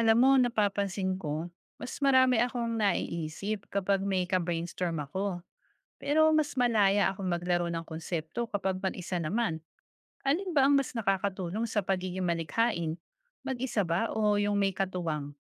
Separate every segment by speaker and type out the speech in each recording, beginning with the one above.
Speaker 1: Alam mo, napapansin ko, mas marami akong naiisip kapag may ka-brainstorm ako. Pero mas malaya akong maglaro ng konsepto kapag mag-isa naman. Alin ba ang mas nakakatulong sa pagiging malikhain? Mag-isa ba o yung may katuwang?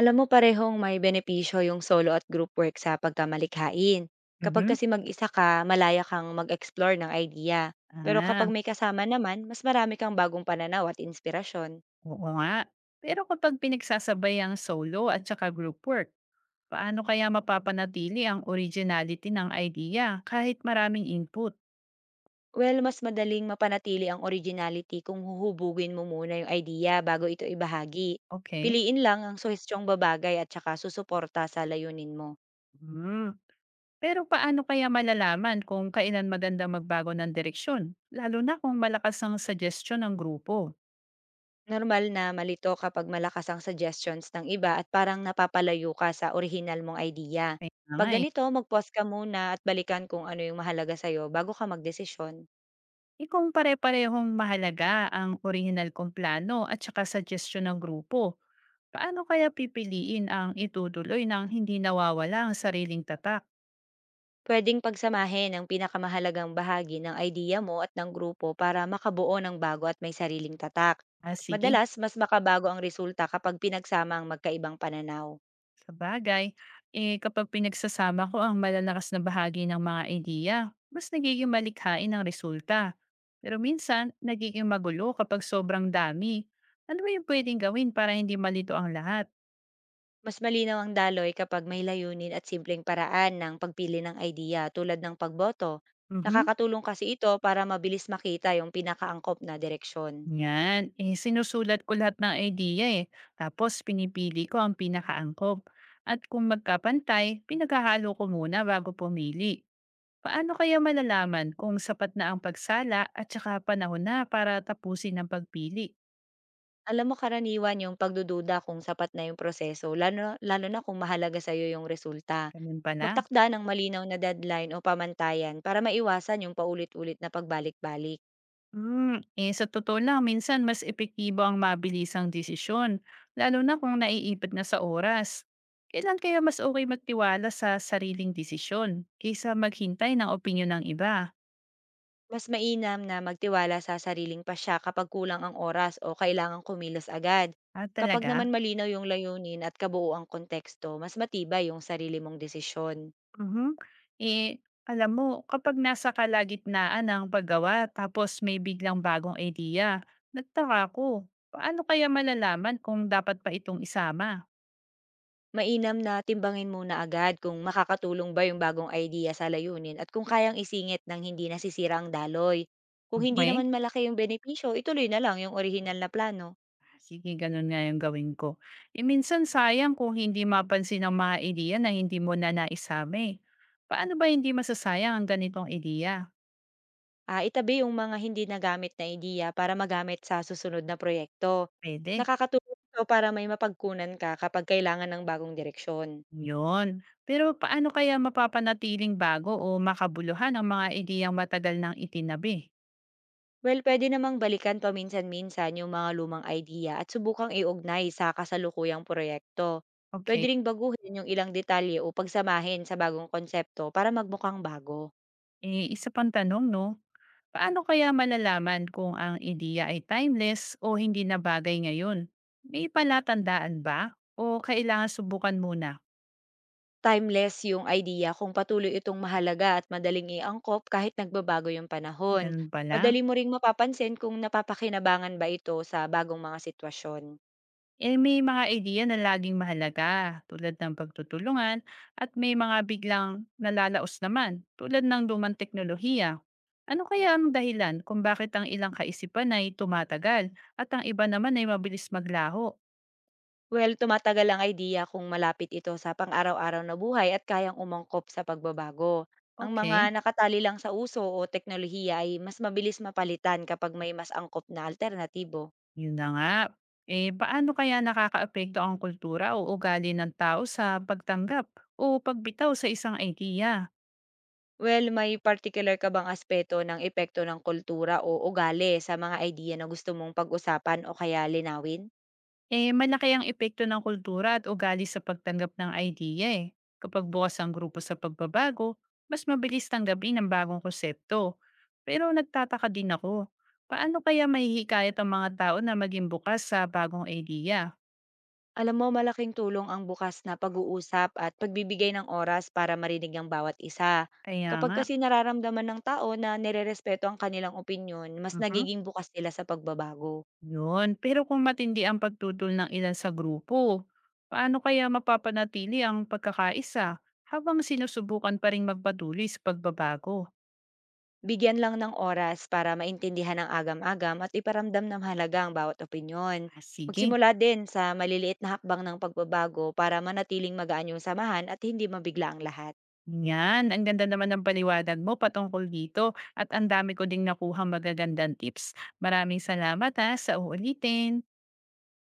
Speaker 2: Alam mo parehong may benepisyo yung solo at group work sa pagkamalikhain. Kapag
Speaker 1: Mhm.
Speaker 2: kasi mag-isa ka, malaya kang mag-explore ng idea. Pero kapag
Speaker 1: Ah,
Speaker 2: may kasama naman, mas marami kang bagong pananaw at inspirasyon.
Speaker 1: oo nga. Pero kapag pinagsasabay ang solo at saka group work, paano kaya mapapanatili ang originality ng idea kahit maraming input?
Speaker 2: Well, mas madaling mapanatili ang originality kung huhubugin mo muna yung idea bago ito ibahagi.
Speaker 1: Okay?
Speaker 2: Piliin lang ang suhestyong babagay at saka susuporta sa layunin mo.
Speaker 1: Hmm. Pero paano kaya malalaman kung kailan maganda magbago ng direksyon? Lalo na kung malakas ang suggestion ng grupo.
Speaker 2: Normal na malito kapag malakas ang suggestions ng iba at parang napapalayo ka sa orihinal mong idea.
Speaker 1: Kaya
Speaker 2: Pag
Speaker 1: nga eh.
Speaker 2: ganito, mag-pause ka muna at balikan kung ano yung mahalaga sa'yo bago ka magdesisyon.
Speaker 1: Eh kung pare-parehong mahalaga ang original kong plano at saka suggestion ng grupo, paano kaya pipiliin ang itutuloy ng hindi nawawala ang sariling tatak?
Speaker 2: Pwedeng pagsamahin ang pinakamahalagang bahagi ng idea mo at ng grupo para makabuo ng bago at may sariling tatak.
Speaker 1: Ah, sige.
Speaker 2: Madalas, mas makabago ang resulta kapag pinagsama ang magkaibang pananaw.
Speaker 1: Sabagay, eh, kapag pinagsasama ko ang malalakas na bahagi ng mga ideya, mas nagiging malikhain ang resulta. Pero minsan, nagiging magulo kapag sobrang dami. Ano ba yung pwedeng gawin para hindi malito ang lahat?
Speaker 2: Mas malinaw ang daloy kapag may layunin at simpleng paraan ng pagpili ng idea tulad ng pagboto.
Speaker 1: Mhm.
Speaker 2: Nakakatulong kasi ito para mabilis makita yung pinakaangkop na direksyon.
Speaker 1: Yan, eh, sinusulat ko lahat ng ideya eh. Tapos pinipili ko ang pinakaangkop. At kung magkapantay, pinaghahalo ko muna bago pumili. Paano kaya malalaman kung sapat na ang pagsala at saka panahon na para tapusin ang pagpili?
Speaker 2: Alam mo karaniwan yung pagdududa kung sapat na yung proseso, lalo na kung mahalaga sa iyo yung resulta.
Speaker 1: Ganun pala.
Speaker 2: Magtakda ng malinaw na deadline o pamantayan para maiwasan yung paulit-ulit na pagbalik-balik.
Speaker 1: Hmm, eh sa totoo lang minsan mas epektibo ang mabilisang desisyon, lalo na kung naiipit na sa oras. Kailan kaya mas okay magtiwala sa sariling desisyon kaysa maghintay ng opinyon ng iba?
Speaker 2: Mas mainam na magtiwala sa sariling pasya kapag kulang ang oras o kailangang kumilos agad.
Speaker 1: Ah,
Speaker 2: Kapag
Speaker 1: talaga?
Speaker 2: naman malinaw yung layunin at kabuo ang konteksto, mas matibay yung sarili mong desisyon.
Speaker 1: Mhm. Eh, alam mo, kapag nasa kalagitnaan ng paggawa tapos may biglang bagong idea, nagtaka ko, paano kaya malalaman kung dapat pa itong isama?
Speaker 2: Mainam na timbangin muna agad kung makakatulong ba yung bagong idea sa layunin at kung kayang isingit ng hindi nasisira ang daloy. Kung hindi
Speaker 1: May.
Speaker 2: naman malaki yung benepisyo, ituloy na lang yung orihinal na plano.
Speaker 1: Sige, ganun nga yung gawin ko. Eh, minsan sayang kung hindi mapansin ang mga ideya na hindi mo na naisama eh. Paano ba hindi masasayang ang ganitong ideya?
Speaker 2: Ah, itabi yung mga hindi nagamit na ideya para magamit sa susunod na proyekto.
Speaker 1: Pwede.
Speaker 2: Nakakatulong ito para may mapagkunan ka kapag kailangan ng bagong direksyon.
Speaker 1: Yun. Pero paano kaya mapapanatiling bago o makabuluhan ang mga ideyang matagal nang itinabi?
Speaker 2: Well, pwede namang balikan paminsan-minsan yung mga lumang idea at subukang iugnay sa kasalukuyang proyekto. Pwede
Speaker 1: Okay.
Speaker 2: ring baguhin yung ilang detalye o pagsamahin sa bagong konsepto para magmukhang bago.
Speaker 1: Eh, isa pang tanong, no? Paano kaya malalaman kung ang ideya ay timeless o hindi na bagay ngayon? May palatandaan ba? O kailangan subukan muna?
Speaker 2: Timeless yung idea kung patuloy itong mahalaga at madaling iangkop kahit nagbabago yung panahon.
Speaker 1: Ganun pala.
Speaker 2: Madali mo ring mapapansin kung napapakinabangan ba ito sa bagong mga sitwasyon.
Speaker 1: Eh, may mga idea na laging mahalaga tulad ng pagtutulungan at may mga biglang nalalaos naman tulad ng lumang teknolohiya. Ano kaya ang dahilan kung bakit ang ilang kaisipan ay tumatagal at ang iba naman ay mabilis maglaho?
Speaker 2: Well, tumatagal ang idea kung malapit ito sa pang-araw-araw na buhay at kayang umangkop sa pagbabago. Ang mga
Speaker 1: Okay,
Speaker 2: nakatali lang sa uso o teknolohiya ay mas mabilis mapalitan kapag may mas angkop na alternatibo.
Speaker 1: yun na nga. Eh, paano kaya nakakaapekto ang kultura o ugali ng tao sa pagtanggap o pagbitaw sa isang idea?
Speaker 2: Well, may particular ka bang aspeto ng epekto ng kultura o ugali sa mga idea na gusto mong pag-usapan o kaya linawin?
Speaker 1: Eh, malaki ang epekto ng kultura at ugali sa pagtanggap ng idea eh. Kapag bukas ang grupo sa pagbabago, mas mabilis tanggapin ang bagong konsepto. Pero nagtataka din ako, paano kaya mahihikayat ang mga tao na maging bukas sa bagong idea?
Speaker 2: Alam mo, malaking tulong ang bukas na pag-uusap at pagbibigay ng oras para marinig ang bawat isa.
Speaker 1: Kaya
Speaker 2: Kapag
Speaker 1: nga,
Speaker 2: kasi nararamdaman ng tao na nirerespeto ang kanilang opinyon, mas
Speaker 1: mhm,
Speaker 2: nagiging bukas nila sa pagbabago.
Speaker 1: yun. Pero kung matindi ang pagtutol ng ilan sa grupo, paano kaya mapapanatili ang pagkakaisa habang sinusubukan pa rin magpatuloy sa pagbabago?
Speaker 2: Bigyan lang ng oras para maintindihan ang agam-agam at iparamdam ng halaga ang bawat opinyon.
Speaker 1: Ah, sige.
Speaker 2: Magsimula din sa maliliit na hakbang ng pagbabago para manatiling magaan yung samahan at hindi mabigla ang lahat.
Speaker 1: Yan, ang ganda naman ng paliwanag mo patungkol dito at ang dami ko ding nakuhang magagandang tips. Maraming salamat ha, sa uulitin.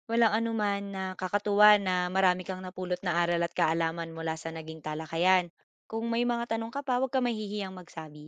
Speaker 2: Walang anuman na kakatuwa na marami kang napulot na aral at kaalaman mula sa naging talakayan. Kung may mga tanong ka pa, huwag ka mahihiyang magsabi.